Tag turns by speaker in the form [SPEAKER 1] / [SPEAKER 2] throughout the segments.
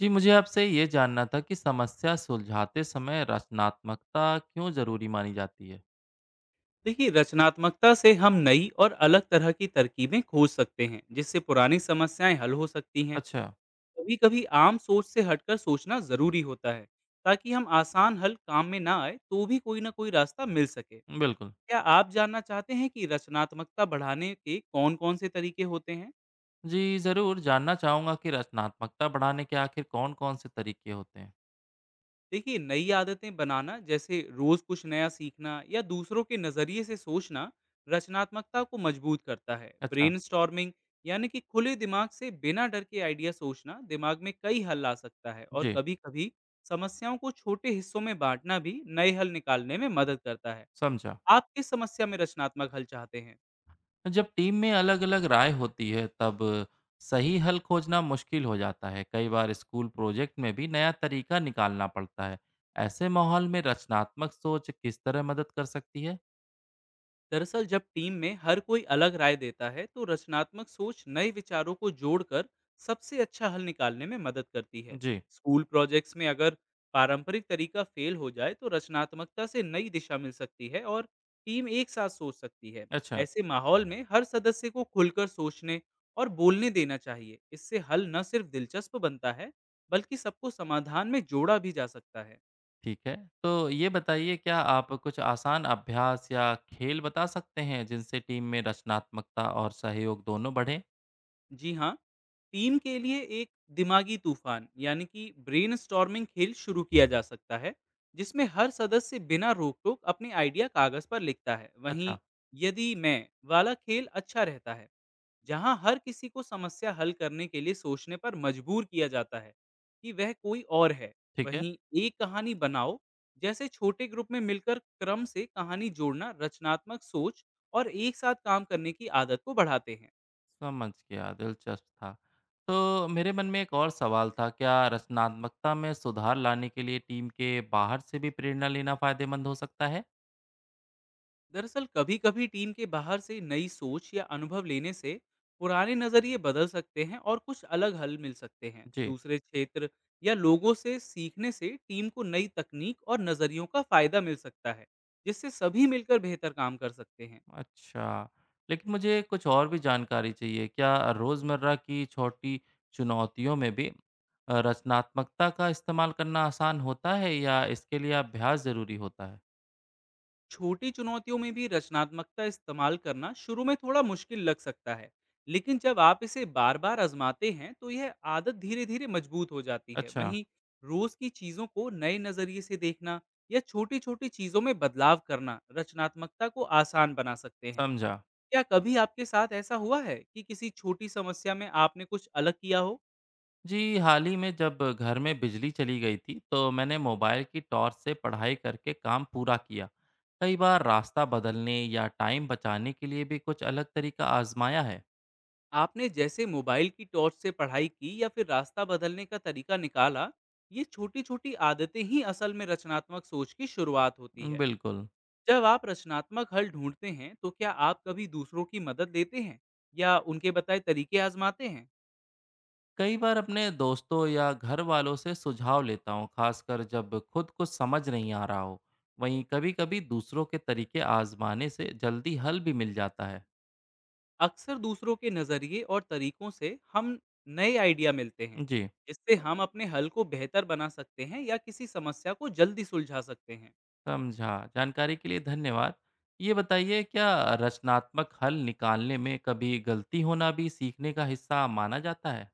[SPEAKER 1] जी मुझे आपसे ये जानना था कि समस्या सुलझाते समय रचनात्मकता क्यों ज़रूरी मानी जाती है?
[SPEAKER 2] देखिए, रचनात्मकता से हम नई और अलग तरह की तरकीबें खोज सकते हैं जिससे पुरानी समस्याएं हल हो सकती हैं।
[SPEAKER 1] अच्छा,
[SPEAKER 2] कभी कभी आम सोच से हटकर सोचना जरूरी होता है ताकि हम आसान हल काम में ना आए तो भी कोई ना कोई रास्ता मिल सके।
[SPEAKER 1] बिल्कुल।
[SPEAKER 2] क्या आप जानना चाहते हैं कि रचनात्मकता बढ़ाने के कौन कौन से तरीके होते हैं?
[SPEAKER 1] जी ज़रूर जानना चाहूँगा कि रचनात्मकता बढ़ाने के आखिर कौन-कौन से तरीके होते हैं?
[SPEAKER 2] देखिए, नई आदतें बनाना जैसे रोज कुछ नया सीखना या दूसरों के नजरिए से सोचना रचनात्मकता को मजबूत करता है।
[SPEAKER 1] अच्छा,
[SPEAKER 2] ब्रेन यानी कि खुले दिमाग से बिना डर के आइडिया सोचना दिमाग में कई हल ला सकता है, और
[SPEAKER 1] जी
[SPEAKER 2] कभी कभी समस्याओं को छोटे हिस्सों में बांटना भी नए हल निकालने में मदद करता है।
[SPEAKER 1] समझा।
[SPEAKER 2] आप किस समस्या में रचनात्मक हल चाहते हैं?
[SPEAKER 1] जब टीम में अलग-अलग राय होती है तब सही हल खोजना मुश्किल हो जाता है। कई बार स्कूल प्रोजेक्ट में भी नया तरीका निकालना पड़ता है। ऐसे माहौल में रचनात्मक सोच किस तरह मदद कर सकती है?
[SPEAKER 2] दरअसल जब टीम में हर कोई अलग राय देता है तो रचनात्मक सोच नए विचारों को जोड़कर सबसे अच्छा हल निकालने में मदद करती है।
[SPEAKER 1] जी,
[SPEAKER 2] स्कूल प्रोजेक्ट्स में अगर पारंपरिक तरीका फेल हो जाए तो रचनात्मकता से नई दिशा मिल सकती है और टीम एक साथ सोच सकती है।
[SPEAKER 1] अच्छा।
[SPEAKER 2] ऐसे माहौल में हर सदस्य को खुलकर सोचने और बोलने देना चाहिए। इससे हल न सिर्फ दिलचस्प बनता है, बल्कि सबको समाधान में जोड़ा भी जा सकता है।
[SPEAKER 1] ठीक है। तो ये बताइए क्या आप कुछ आसान अभ्यास या खेल बता सकते हैं जिनसे टीम में रचनात्मकता और सहयोग दोनों बढ़े?
[SPEAKER 2] जी हाँ, टीम के लिए एक दिमागी तूफान यानी कि ब्रेनस्टॉर्मिंग खेल शुरू किया जा सकता है, जिसमें हर सदस्य बिना रोक टोक अपने आइडिया कागज पर लिखता है। वहीं
[SPEAKER 1] अच्छा,
[SPEAKER 2] यदि मैं वाला खेल अच्छा रहता है, जहां हर किसी को समस्या हल करने के लिए सोचने पर मजबूर किया जाता है कि वह कोई और है।
[SPEAKER 1] ठीक है।
[SPEAKER 2] वहीं एक कहानी बनाओ जैसे छोटे ग्रुप में मिलकर क्रम से कहानी जोड़ना रचनात्मक सोच और एक साथ काम करने की आदत को बढ़ाते हैं।
[SPEAKER 1] समझ गया, दिलचस्प था। तो मेरे मन में एक और सवाल था, क्या रचनात्मकता में सुधार लाने के लिए टीम के बाहर से भी प्रेरणा लेना फ़ायदेमंद हो सकता है?
[SPEAKER 2] दरअसल कभी-कभी टीम के बाहर से नई सोच या अनुभव लेने से पुराने नजरिए बदल सकते हैं और कुछ अलग हल मिल सकते हैं।
[SPEAKER 1] जी।
[SPEAKER 2] दूसरे क्षेत्र या लोगों से सीखने से टीम को नई तकनीक और नजरियों का फायदा मिल सकता है, जिससे सभी मिलकर बेहतर काम कर सकते हैं।
[SPEAKER 1] अच्छा, लेकिन मुझे कुछ और भी जानकारी चाहिए। क्या रोज़मर्रा की छोटी चुनौतियों में भी रचनात्मकता का इस्तेमाल करना आसान होता है या इसके लिए अभ्यास ज़रूरी होता है?
[SPEAKER 2] छोटी चुनौतियों में भी रचनात्मकता इस्तेमाल करना शुरू में थोड़ा मुश्किल लग सकता है, लेकिन जब आप इसे बार बार आजमाते हैं तो यह आदत धीरे धीरे मजबूत हो जाती है।
[SPEAKER 1] अच्छा,
[SPEAKER 2] वहीं रोज की चीजों को नए नजरिए से देखना या छोटी छोटी चीजों में बदलाव करना रचनात्मकता को आसान बना सकते हैं।
[SPEAKER 1] समझा।
[SPEAKER 2] क्या कभी आपके साथ ऐसा हुआ है कि किसी छोटी समस्या में आपने कुछ अलग किया हो?
[SPEAKER 1] जी, हाल ही में जब घर में बिजली चली गई थी, तो मैंने मोबाइल की टॉर्च से पढ़ाई करके काम पूरा किया। कई बार रास्ता बदलने या टाइम बचाने के लिए भी कुछ अलग तरीका आज़माया है।
[SPEAKER 2] आपने जैसे मोबाइल की टॉर्च से पढ़ाई की या फिर रास्ता बदलने का तरीका निकाला, ये छोटी-छोटी आदतें ही असल में रचनात्मक सोच की शुरुआत होती है।
[SPEAKER 1] बिल्कुल।
[SPEAKER 2] जब आप रचनात्मक हल ढूंढते हैं, तो क्या आप कभी दूसरों की मदद लेते हैं या उनके बताए तरीके आजमाते हैं?
[SPEAKER 1] कई बार अपने दोस्तों या घर वालों से सुझाव लेता हूँ, खासकर जब खुद को समझ नहीं आ रहा हो। वहीं कभी-कभी दूसरों के तरीके आजमाने से जल्दी हल भी मिल जाता है।
[SPEAKER 2] अक्सर दूसरों के नज़रिए और तरीकों से हम नए आइडिया मिलते हैं,
[SPEAKER 1] जी,
[SPEAKER 2] जिससे हम अपने हल को बेहतर बना सकते हैं या किसी समस्या को जल्दी सुलझा सकते हैं।
[SPEAKER 1] समझा। जानकारी के लिए धन्यवाद। ये बताइए क्या रचनात्मक हल निकालने में कभी गलती होना भी सीखने का हिस्सा माना जाता है?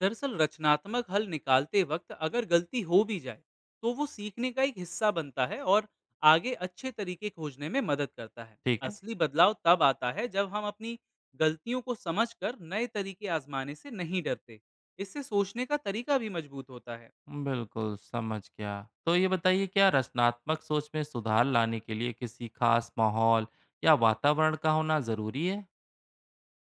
[SPEAKER 2] दरअसल रचनात्मक हल निकालते वक्त अगर गलती हो भी जाए तो वो सीखने का एक हिस्सा बनता है और आगे अच्छे तरीके खोजने में मदद करता है।
[SPEAKER 1] ठीक है।
[SPEAKER 2] असली बदलाव तब आता है जब हम अपनी गलतियों को समझकर नए तरीके आजमाने से नहीं डरते। इससे सोचने का तरीका भी मजबूत होता है।
[SPEAKER 1] बिल्कुल समझ गया। तो ये बताइए क्या रचनात्मक सोच में सुधार लाने के लिए किसी खास माहौल या वातावरण का होना ज़रूरी है?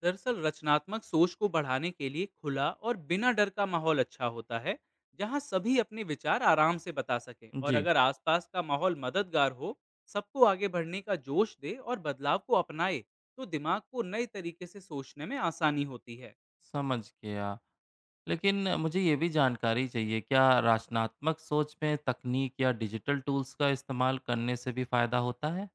[SPEAKER 2] दरअसल रचनात्मक सोच को बढ़ाने के लिए खुला और बिना डर का माहौल अच्छा होता है, जहां सभी अपने विचार आराम से बता सकें। और
[SPEAKER 1] जी।
[SPEAKER 2] अगर आसपास का माहौल मददगार हो, सबको आगे बढ़ने का जोश दे और बदलाव को अपनाए तो दिमाग को नए तरीके से सोचने में आसानी होती है।
[SPEAKER 1] समझ गया। लेकिन मुझे ये भी जानकारी चाहिए, क्या रचनात्मक सोच में तकनीक या डिजिटल टूल्स का इस्तेमाल करने से भी फ़ायदा होता है?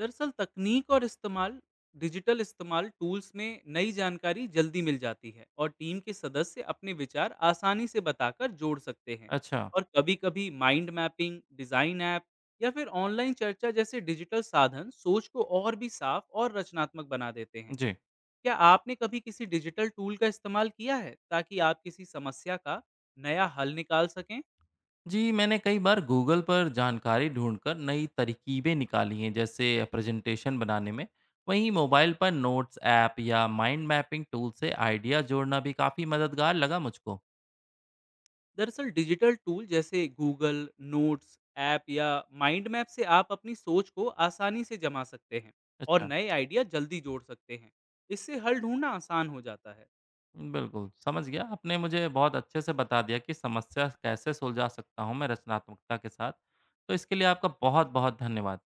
[SPEAKER 2] दरअसल तकनीक और इस्तेमाल डिजिटल इस्तेमाल टूल्स में नई जानकारी जल्दी मिल जाती है और टीम के सदस्य अपने विचार आसानी से बताकर जोड़ सकते हैं।
[SPEAKER 1] अच्छा,
[SPEAKER 2] और कभी-कभी माइंड मैपिंग डिजाइन ऐप या फिर ऑनलाइन चर्चा जैसे डिजिटल साधन सोच को और भी साफ और रचनात्मक बना देते हैं।
[SPEAKER 1] जी।
[SPEAKER 2] क्या आपने कभी किसी डिजिटल टूल का इस्तेमाल किया है ताकि आप किसी समस्या का नया हल निकाल सकें?
[SPEAKER 1] जी, मैंने कई बार गूगल पर जानकारी ढूँढकर नई तरकीबें निकाली हैं, जैसे प्रेज़ेंटेशन बनाने में। वहीं मोबाइल पर नोट्स ऐप या माइंड मैपिंग टूल से आइडिया जोड़ना भी काफ़ी मददगार लगा मुझको।
[SPEAKER 2] दरअसल डिजिटल टूल जैसे गूगल नोट्स ऐप या माइंड मैप से आप अपनी सोच को आसानी से जमा सकते हैं और
[SPEAKER 1] अच्छा।
[SPEAKER 2] नए आइडिया जल्दी जोड़ सकते हैं। इससे हल ढूंढना आसान हो जाता है।
[SPEAKER 1] बिल्कुल, समझ गया। आपने मुझे बहुत अच्छे से बता दिया कि समस्या कैसे सुलझा सकता हूँ मैं रचनात्मकता के साथ। तो इसके लिए आपका बहुत-बहुत धन्यवाद।